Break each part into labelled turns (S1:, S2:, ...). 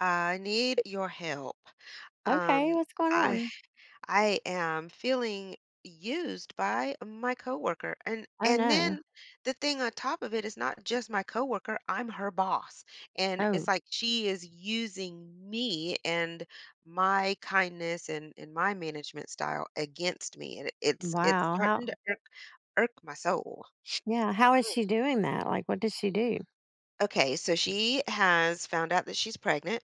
S1: I need your help.
S2: Okay,
S1: Um,
S2: what's going
S1: I
S2: on?
S1: I am feeling used by my coworker. And
S2: Oh,
S1: and
S2: no.
S1: then the thing on top of it is not just my coworker, I'm her boss. And it's
S2: Oh,
S1: like she is using me and my kindness and my management style against me. And it's
S2: wow.
S1: starting to irk my soul.
S2: How is
S1: Mm.
S2: she doing that? Like, what does she do?
S1: Okay, so she has found out that she's pregnant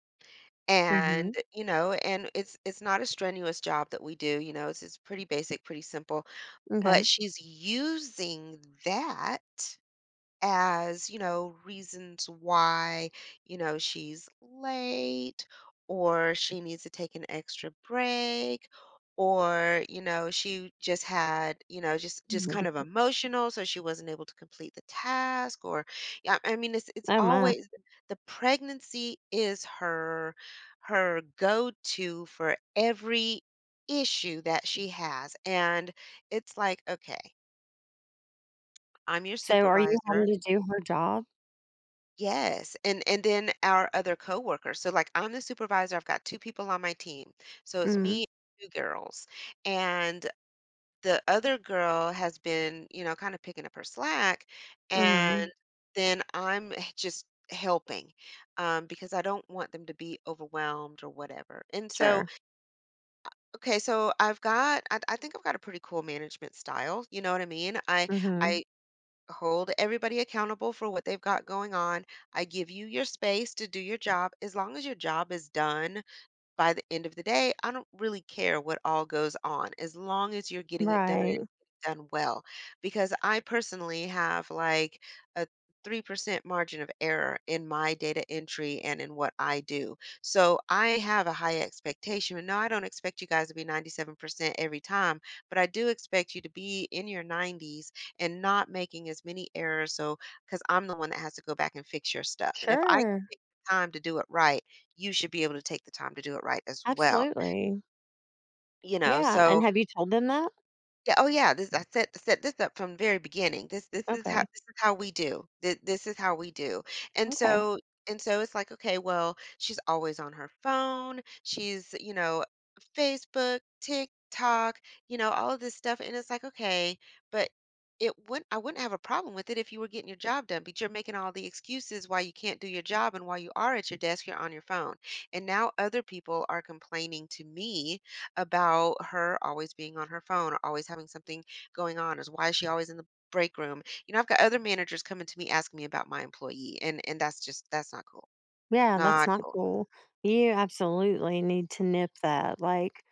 S2: Mhm.
S1: and you know and it's not a strenuous job that we do you know it's pretty basic pretty simple, but
S2: Okay.
S1: she's using that as, you know, reasons why, you know, she's late, or she needs to take an extra break, or, you know, she just had, you know, just
S2: Oh
S1: just
S2: my
S1: kind of
S2: goo
S1: emotional so she wasn't able to complete the task or yeah, I mean it's
S2: oh my.
S1: always the pregnancy is her go-to for every issue that she has. And it's like, okay, I'm your
S2: So are you having
S1: supervisor.
S2: to do her job?
S1: Yes, and then our other coworkers. So like I'm the supervisor, I've got two people on my team. So it's
S2: Mhm,
S1: me and two girls. And the other girl has been, you know, kind of picking up her slack, and
S2: mhm.
S1: then I'm just helping because I don't want them to be overwhelmed or whatever. And so,
S2: Sure.
S1: okay, so I think I've got a pretty cool management style. You know what I mean? I
S2: Mhm.
S1: I hold everybody accountable for what they've got going on. I give you your space to do your job. As long as your job is done by the end of the day, I don't really care what all goes on as long as you're getting it done and
S2: Right.
S1: it's done well. Because I personally have like a 3% margin of error in my data entry and in what I do. So I have a high expectation. And no, I don't expect you guys to be 97% every time, but I do expect you to be in your 90s and not making as many errors. So, because I'm the one that has to go back and fix your stuff. And if I take
S2: Sure.
S1: the time to do it right, you should be able to take the time to do it right as well,
S2: Absolutely.
S1: you know?
S2: Yeah,
S1: So,
S2: and have you told them that?
S1: yeah, oh yeah, this I set this up from the very beginning. This is how
S2: Okay.
S1: this is how we do. This is how we do. And
S2: Okay.
S1: so and so it's like, okay, well, she's always on her phone. She's, you know, Facebook, TikTok, you know, all of this stuff. And it's like, okay, but it wouldn't I wouldn't have a problem with it if you were getting your job done, but you're making all the excuses why you can't do your job and while you are at your desk, you're on your phone. And now other people are complaining to me about her always being on her phone, always having something going on, is why is she always in the break room? You know, I've got other managers coming to me asking me about my employee, and that's not cool.
S2: Yeah, that's
S1: Not
S2: not
S1: cool.
S2: cool. You absolutely need to nip that, like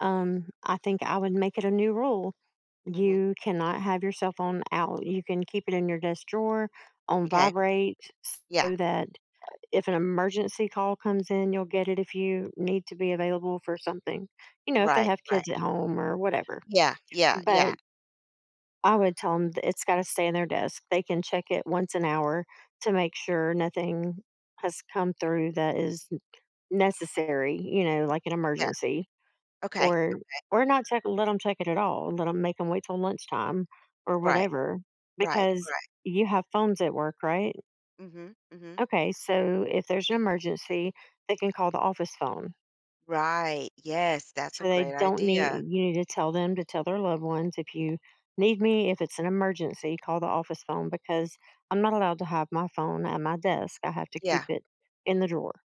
S2: I think I would make it a new rule.
S1: Hmm.
S2: You cannot have your cell phone out. You can keep it in your desk drawer on
S1: Okay.
S2: vibrate
S1: Yeah.
S2: so that if an emergency call comes in, you'll get it if you need to be available for something, you know, if they
S1: Right.
S2: have
S1: Right.
S2: kids at home or whatever.
S1: Yeah. Yeah.
S2: But
S1: Yeah.
S2: I would tell them it's got to stay in their desk. They can check it once an hour to make sure nothing has come through that is necessary, you know, like an
S1: Yeah.
S2: emergency
S1: Okay.
S2: or or not check, let them check it at all, let them make them wait till lunchtime or
S1: Right.
S2: whatever,
S1: Right.
S2: because
S1: Right.
S2: you have phones at work, right?
S1: Hmm. Hmm.
S2: Okay, so if there's an emergency they can call the office phone,
S1: Right. Yes, that's a
S2: so they
S1: great
S2: don't need,
S1: idea.
S2: you need to tell them to tell their loved ones, if you need me, if it's an emergency, call the office phone, because I'm not allowed to have my phone at my desk, I have to keep
S1: Yeah.
S2: it in the drawer.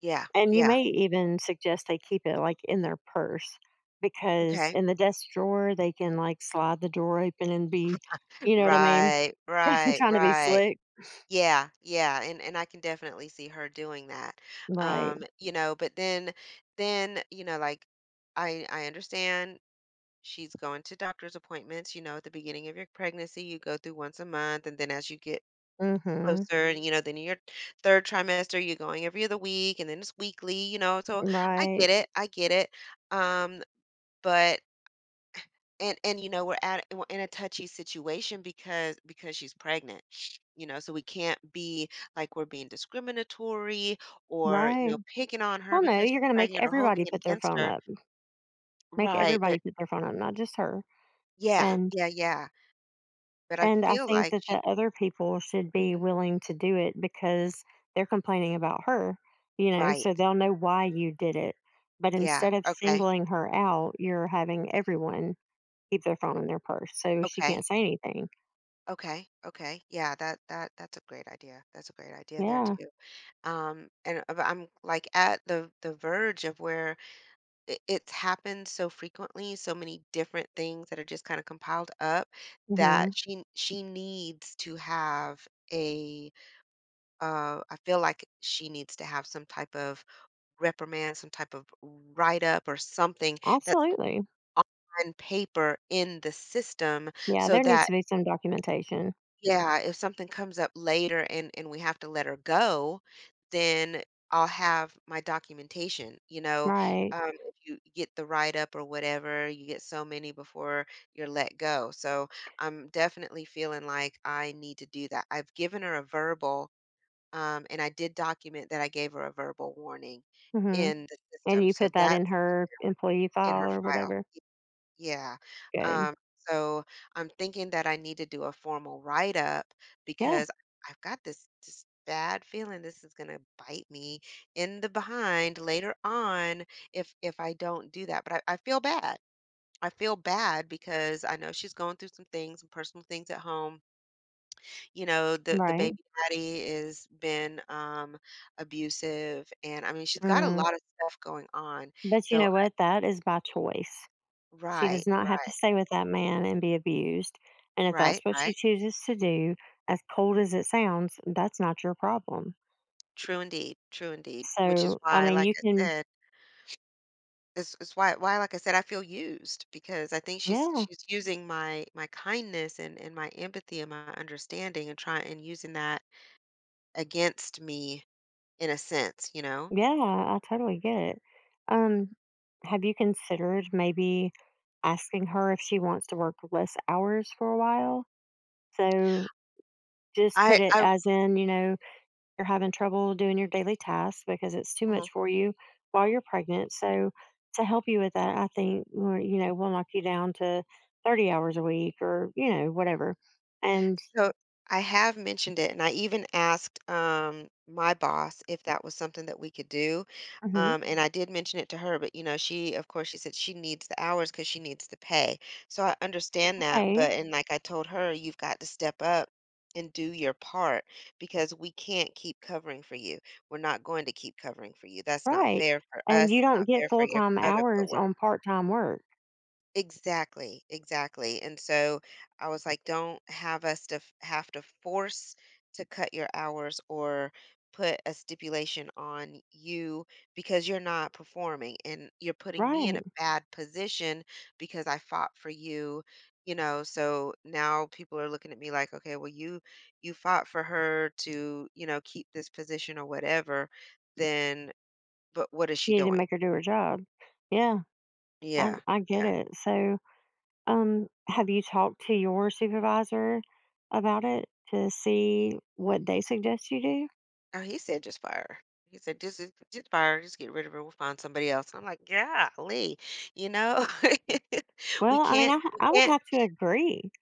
S1: Yeah.
S2: And you
S1: Yeah.
S2: may even suggest they keep it like in their purse, because
S1: Okay.
S2: in the desk drawer, they can like slide the drawer open and be, you know what I mean?
S1: Right. Right.
S2: Trying to be
S1: Right.
S2: slick.
S1: Yeah, yeah, and I can definitely see her doing that.
S2: Right.
S1: You know, but then, you know, like I understand she's going to doctor's appointments, you know, at the beginning of your pregnancy, you go through once a month and then as you get
S2: Mm-hmm.
S1: closer and you know, then in your third trimester you're going every other week and then it's weekly, you know. So I get
S2: Right.
S1: it. I get it. Um, but and you know we're in a touchy situation because she's pregnant, you know, so we can't be like we're being discriminatory or you
S2: Right.
S1: know picking on her
S2: Well, no,
S1: because
S2: you're
S1: she's
S2: going to make
S1: pregnant or holding
S2: everybody
S1: it
S2: put their
S1: against
S2: phone
S1: her.
S2: up. Make
S1: Right, but
S2: everybody put their phone up, not just her.
S1: yeah
S2: And
S1: yeah yeah, but I
S2: and I
S1: feel
S2: think
S1: like
S2: that the
S1: she.
S2: other people should be
S1: Mhm.
S2: willing to do it because they're complaining about her, you know, so
S1: Right.
S2: they'll know why you did it. But
S1: Yeah,
S2: instead of
S1: okay.
S2: singling her out, you're having everyone keep their phone in their purse so she
S1: Okay.
S2: can't say anything.
S1: Okay. Okay, yeah, that's a great idea, that's a great idea there
S2: Yeah.
S1: too. And But I'm like at the verge of where it's happened so frequently, so many different things that are just kind of compiled up, that
S2: Hmm.
S1: she needs to have a I feel like she needs to have some type of reprimand, some type of write up or something that's
S2: Absolutely.
S1: on paper in the system
S2: Yeah,
S1: so
S2: there needs
S1: that
S2: to be some documentation.
S1: yeah, if something comes up later and we have to let her go, then I'll have my documentation, you know,
S2: Right.
S1: if you get the write up or whatever, you get so many before you're let go. So I'm definitely feeling like I need to do that. I've given her a verbal, and I did document that I gave her a verbal warning
S2: Hmm.
S1: in the
S2: And
S1: system.
S2: you
S1: So
S2: put that in
S1: that's
S2: her employee
S1: in her
S2: file or
S1: file.
S2: whatever.
S1: Yeah,
S2: Good.
S1: um, so I'm thinking that I need to do a formal write-up
S2: Yeah.
S1: because I've got this bad feeling this is gonna bite me in the behind later on if I don't do that. But I feel bad. I feel bad because I know she's going through some things, some personal things at home. You know, the the
S2: Right.
S1: baby daddy has been abusive and I mean she's got a
S2: Mm.
S1: lot of stuff going on.
S2: But you
S1: So
S2: know what? That is by choice. She
S1: right,
S2: does not have to
S1: right,
S2: stay with that man and be abused, and if
S1: right,
S2: that's what she
S1: right.
S2: chooses to do, as cold as it sounds, that's not your problem.
S1: True indeed, which is
S2: So, I
S1: why,
S2: mean,
S1: like
S2: you
S1: I
S2: can,
S1: said, it's is why, like I said, I feel used because I think she's
S2: Yeah,
S1: she's using my my kindness and my empathy and my understanding and trying and using that against me in a sense, you know?
S2: yeah, I totally get it. Um, have you considered maybe asking her if she wants to work less hours for a while? So, just put
S1: I
S2: it
S1: I
S2: as in, you know, you're having trouble doing your daily tasks because it's too much
S1: mhm.
S2: for you while you're pregnant. So to help you with that, I think we're- you know we'll knock you down to 30 hours a week or you know whatever. And
S1: So I have mentioned it, and I even asked my boss if that was something that we could do.
S2: mhm,
S1: And I did mention it to her, but you know, she, of course, she said she needs the hours because she needs the pay. So I understand that.
S2: okay,
S1: But, and like I told her, you've got to step up and do your part because we can't keep covering for you. We're not going to keep covering for you. That's not
S2: right.
S1: fair for
S2: And
S1: us.
S2: you
S1: It's
S2: don't
S1: not fair
S2: get
S1: for
S2: full
S1: your
S2: time
S1: other
S2: hours
S1: coworkers.
S2: on part time work,
S1: Exactly, exactly. And so I was like, don't have us have to force to cut your hours or put a stipulation on you because you're not performing and you're putting me in a
S2: right?
S1: bad position because I fought for you, you know. So now people are looking at me like, okay, well you fought for her to, you know, keep this position or whatever, then but what is she
S2: You need to
S1: doing?
S2: make her do her job. Yeah, I
S1: Yeah.
S2: I get
S1: Yeah.
S2: it. So have you talked to your supervisor about it to see what they suggest you do?
S1: Oh, he said just fire. He said, just fire. Just get rid of her. We'll find somebody else." And I'm like, "Golly, you know, we
S2: Well, I mean,
S1: can't, we
S2: I would
S1: can't."
S2: have to agree.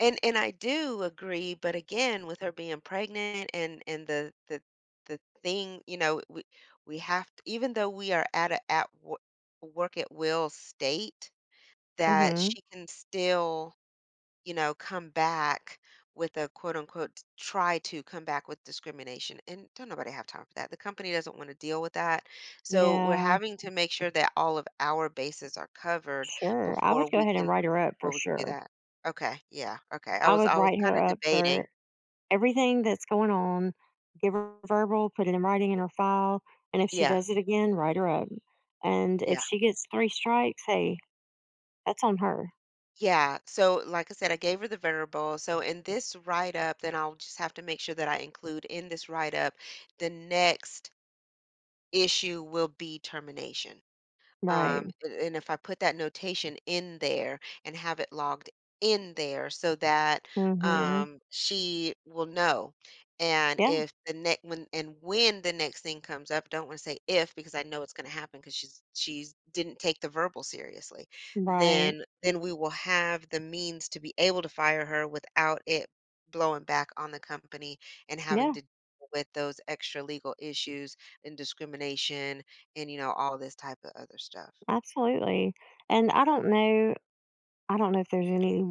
S1: And I do agree, but again, with her being pregnant and the the thing, you know, we have to, even though we are at work at will state, that
S2: Mhm.
S1: she can still you know, come back with a quote unquote, try to come back with discrimination. And don't nobody have time for that. The company doesn't want to deal with that. So we're
S2: Yeah,
S1: having to make sure that all of our bases are covered
S2: sure. I would
S1: before
S2: go
S1: we
S2: ahead and
S1: can
S2: write her up
S1: before
S2: for
S1: we can do
S2: sure.
S1: that. Okay. Yeah. Okay. I
S2: I
S1: was
S2: would
S1: I was
S2: write
S1: kind
S2: her
S1: of
S2: up
S1: debating.
S2: for everything that's going on, give her verbal, put it in writing in her file, and if she
S1: Yeah.
S2: does it again, write her up. And if
S1: Yeah.
S2: she gets three strikes, hey, that's on her.
S1: Yeah. So, like I said, I gave her the variable. So, in this write up, then I'll just have to make sure that I include in this write up the next issue will be termination.
S2: Right.
S1: And if I put that notation in there and have it logged in there so that
S2: Mhm.
S1: she will know. And
S2: Yeah,
S1: if the next when and when the next thing comes up, don't want to say if because I know it's going to happen because she's didn't take the verbal seriously.
S2: right.
S1: Then we will have the means to be able to fire her without it blowing back on the company and having
S2: Yeah,
S1: to deal with those extra legal issues and discrimination and, you know, all this type of other stuff.
S2: absolutely. And I don't know if there's any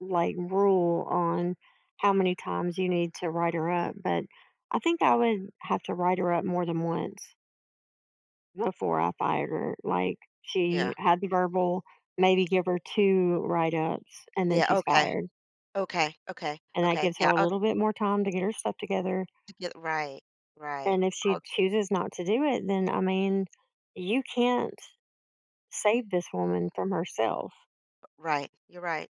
S2: like rule on how many times you need to write her up, but I think I would have to write her up more than once before I fired her. Like
S1: Yeah.
S2: she had the verbal, maybe give her two write ups, and then
S1: Yeah,
S2: she's
S1: okay.
S2: fired.
S1: Okay, okay,
S2: And that
S1: okay.
S2: gives her
S1: Yeah,
S2: a
S1: I'll
S2: little bit more time to get her stuff together.
S1: get right, right.
S2: And if
S1: I'll
S2: she chooses not to do it, then I mean, you can't save this woman from herself.
S1: right. You're right.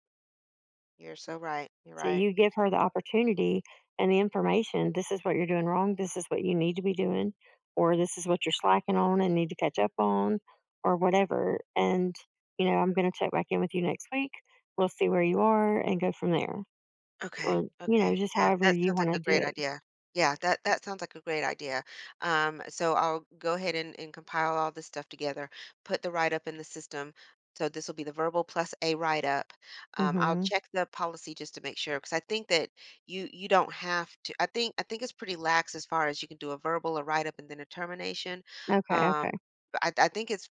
S1: You're so right. You're
S2: So
S1: right.
S2: you give her the opportunity and the information. This is what you're doing wrong. This is what you need to be doing, or this is what you're slacking on and need to catch up on, or whatever. And you know, I'm going to check back in with you next week. We'll see where you are and go from there,
S1: Okay,
S2: or you know,
S1: okay.
S2: just
S1: Yeah,
S2: however
S1: that
S2: you
S1: sounds like
S2: want
S1: a
S2: to do
S1: great
S2: it.
S1: idea. Yeah, that sounds like a great idea. So I'll go ahead and compile all this stuff together, put the write-up in the system. So this will be the verbal plus a write-up. I'll
S2: Hmm.
S1: check the policy just to make sure because I think that you don't have to. I think it's pretty lax as far as you can do a verbal, a write-up, and then a termination.
S2: Okay. Okay.
S1: Um, but I think it's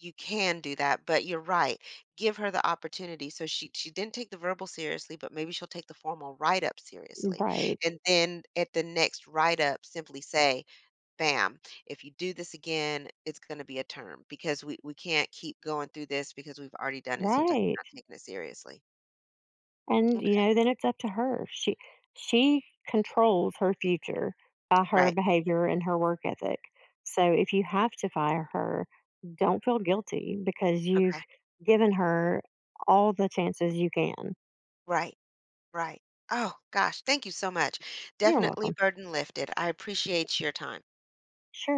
S1: you can do that, but you're right. Give her the opportunity. So she didn't take the verbal seriously, but maybe she'll take the formal write up seriously.
S2: Right.
S1: And then at the next write up, simply say, "Bam! If you do this again, it's going to be a term because we can't keep going through this because we've already done it. Seems like you're
S2: Right.
S1: not taking it seriously."
S2: And, you
S1: Okay.
S2: know, then it's up to her. She controls her future by her
S1: Right.
S2: behavior and her work ethic. So if you have to fire her, don't feel guilty because you've
S1: Okay.
S2: given her all the chances you can.
S1: Right. Right. Oh gosh, thank you so much.
S2: You're
S1: Definitely
S2: welcome.
S1: burden lifted. I appreciate your time.
S2: Sure.